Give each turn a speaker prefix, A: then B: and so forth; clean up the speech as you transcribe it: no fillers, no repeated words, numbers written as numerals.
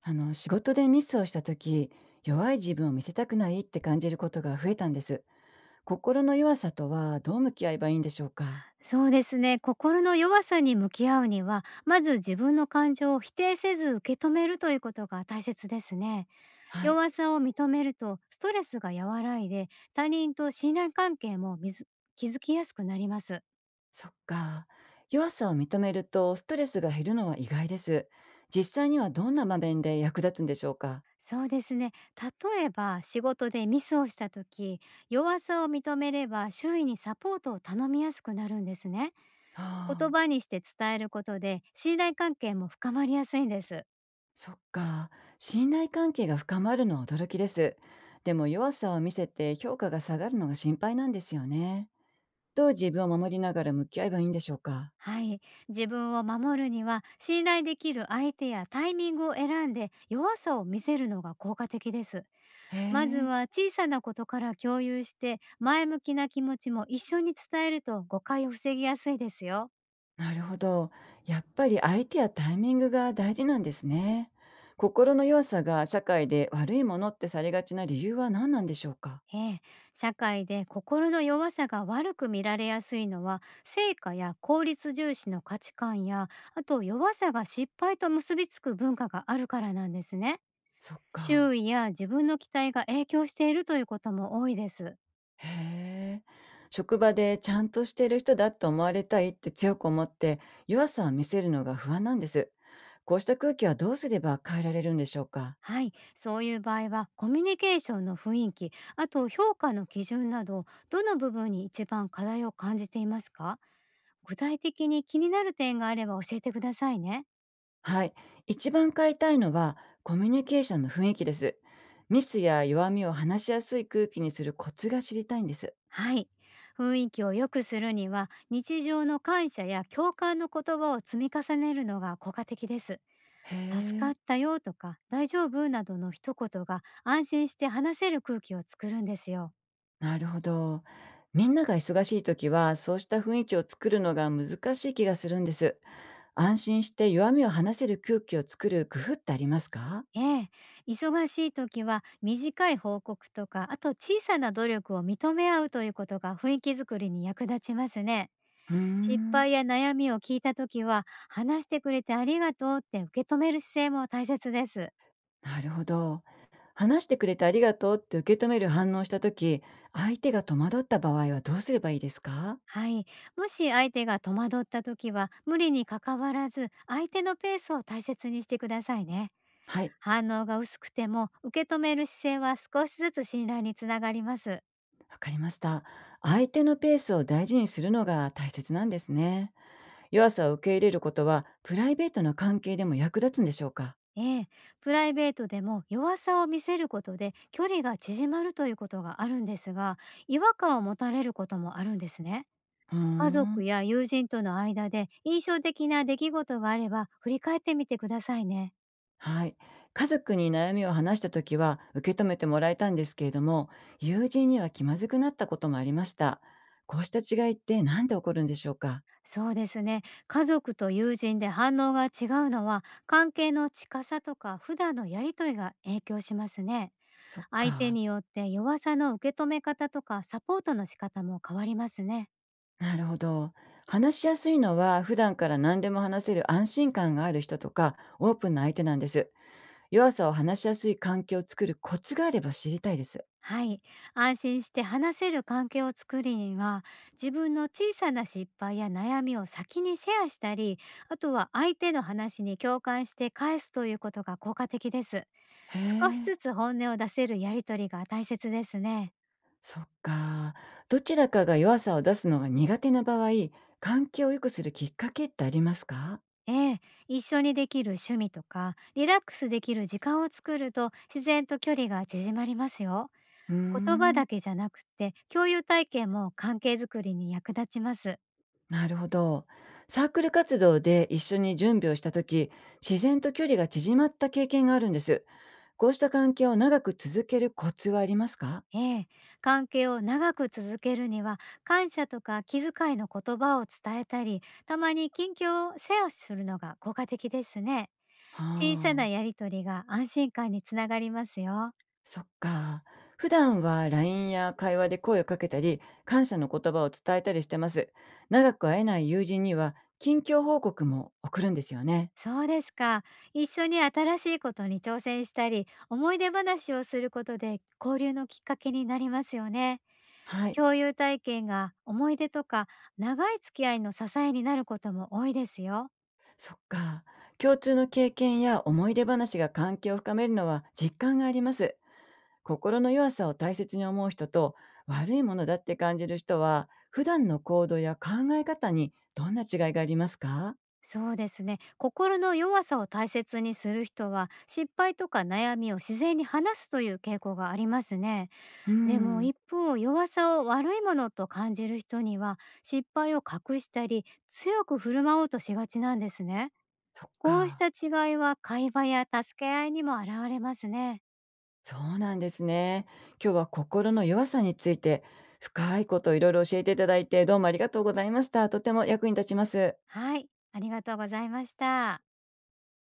A: あの仕事でミスをした時、弱い自分を見せたくないって感じることが増えたんです。心の弱さとはどう向き合えばいいんでしょうか？
B: そうですね。心の弱さに向き合うには、まず自分の感情を否定せず受け止めるということが大切ですね。
A: はい。
B: 弱さを認めるとストレスが和らいで、他人と信頼関係もみず築きやすくなります。
A: そっか。弱さを認めるとストレスが減るのは意外です。実際にはどんな場面で役立つんでしょうか？
B: そうですね。例えば仕事でミスをした時、弱さを認めれば周囲にサポートを頼みやすくなるんですね。言
A: ああ。
B: 葉にして伝えることで信頼関係も深まりやすいんです。
A: そっか。信頼関係が深まるのは驚きです。でも弱さを見せて評価が下がるのが心配なんですよね。どう自分を守りながら向き合えばいいんでしょうか？
B: はい。自分を守るには、信頼できる相手やタイミングを選んで、弱さを見せるのが効果的です。
A: へ
B: まず
A: え。
B: は小さなことから共有して、前向きな気持ちも一緒に伝えると誤解を防ぎやすいですよ。
A: なるほど。やっぱり相手やタイミングが大事なんですね。心の弱さが社会で悪いものってされがちな理由は何なんでしょうか？
B: ええ、社会で心の弱さが悪く見られやすいのは成果や効率重視の価値観や、あと弱さが失敗と結びつく文化があるからなんですね。
A: そっ
B: 周
A: か。
B: 囲や自分の期待が影響しているということも多いです。
A: へえ。職場でちゃんとしている人だと思われたいって強く思って、弱さを見せるのが不安なんです。こうした空気はどうすれば変えられるんでしょうか？
B: はい、そういう場合はコミュニケーションの雰囲気、あと評価の基準など、どの部分に一番課題を感じていますか？具体的に気になる点があれば教えてくださいね。
A: はい。一番変えたいのはコミュニケーションの雰囲気です。ミスや弱みを話しやすい空気にするコツが知りたいんです。
B: はい。雰囲気を良くするには日常の感謝や共感の言葉を積み重ねるのが効果的です。
A: へ
B: 助か
A: え。
B: ったよとか大丈夫などの一言が安心して話せる空気を作るんですよ。
A: なるほど。みんなが忙しい時は、そうした雰囲気を作るのが難しい気がするんです。安心して弱みを話せる空気を作る工夫ってありますか？
B: ええ、忙しい時は短い報告とか、あと小さな努力を認め合うということが雰囲気づくりに役立ちますね。
A: うー
B: 失
A: ん、
B: 敗や悩みを聞いた時は、話してくれてありがとうって受け止める姿勢も大切です。
A: なるほど。話してくれてありがとうって受け止める反応をした時、相手が戸惑った場合はどうすればいいですか？
B: はい。もし相手が戸惑った時は、無理に関わらず、相手のペースを大切にしてくださいね。
A: はい、
B: 反応が薄くても、受け止める姿勢は少しずつ信頼につながります。
A: わかりました。相手のペースを大事にするのが大切なんですね。弱さを受け入れることは、プライベートの関係でも役立つんでしょうか？
B: ええ、プライベートでも弱さを見せることで距離が縮まるということがあるんですが、違和感を持たれることもあるんですね。
A: うー
B: 家族
A: ん。
B: や友人との間で印象的な出来事があれば振り返ってみてくださいね。
A: はい。家族に悩みを話した時は受け止めてもらえたんですけれども、友人には気まずくなったこともありました。こうした違いって何で起こるんでしょうか？
B: そうですね。家族と友人で反応が違うのは関係の近さとか普段のやりとりが影響しますね。
A: そっ
B: 相手
A: か。
B: によって弱さの受け止め方とかサポートの仕方も変わりますね。
A: なるほど。話しやすいのは普段から何でも話せる安心感がある人とかオープンな相手なんです。弱さを話しやすい環境を作るコツがあれば知りたいです。
B: はい。安心して話せる関係を作るには、自分の小さな失敗や悩みを先にシェアしたり、あとは相手の話に共感して返すということが効果的です。
A: へ
B: 少し
A: え、
B: ずつ本音を出せるやりとりが大切ですね。
A: そっか。どちらかが弱さを出すのが苦手な場合、関係を良くするきっかけってありますか？
B: ええ、一緒にできる趣味とか、リラックスできる時間を作ると、自然と距離が縮まりますよ。
A: うー
B: 言葉
A: ん、
B: だけじゃなくて、共有体験も関係づくりに役立ちます。
A: なるほど。サークル活動で一緒に準備をした時、自然と距離が縮まった経験があるんです。こうした関係を長く続けるコツはありますか？
B: ええ、関係を長く続けるには感謝とか気遣いの言葉を伝えたり、たまに近況をシェアするのが効果的ですね。
A: は
B: 小さなや
A: あ、
B: りとりが安心感につながりますよ。
A: そっか。普段は LINE や会話で声をかけたり、感謝の言葉を伝えたりしてます。長く会えない友人には、近況報告も送るんですよね。
B: そうですか。一緒に新しいことに挑戦したり思い出話をすることで交流のきっかけになりますよね。
A: はい、
B: 共有体験が思い出とか長い付き合いの支えになることも多いですよ。
A: そっか。共通の経験や思い出話が関係を深めるのは実感があります。心の弱さを大切に思う人と悪いものだって感じる人は普段の行動や考え方にどんな違いがありますか？
B: そうですね。心の弱さを大切にする人は、失敗とか悩みを自然に話すという傾向がありますね。
A: うー
B: でも
A: ん、
B: 一方、弱さを悪いものと感じる人には、失敗を隠したり、強く振る舞おうとしがちなんですね。
A: そっ
B: こうし
A: か。
B: た違いは会話や助け合いにも現れますね。
A: そうなんですね。今日は心の弱さについて深いことをいろいろ教えていただいて、どうもありがとうございました。とても役に立ちます。
B: はい、ありがとうございました。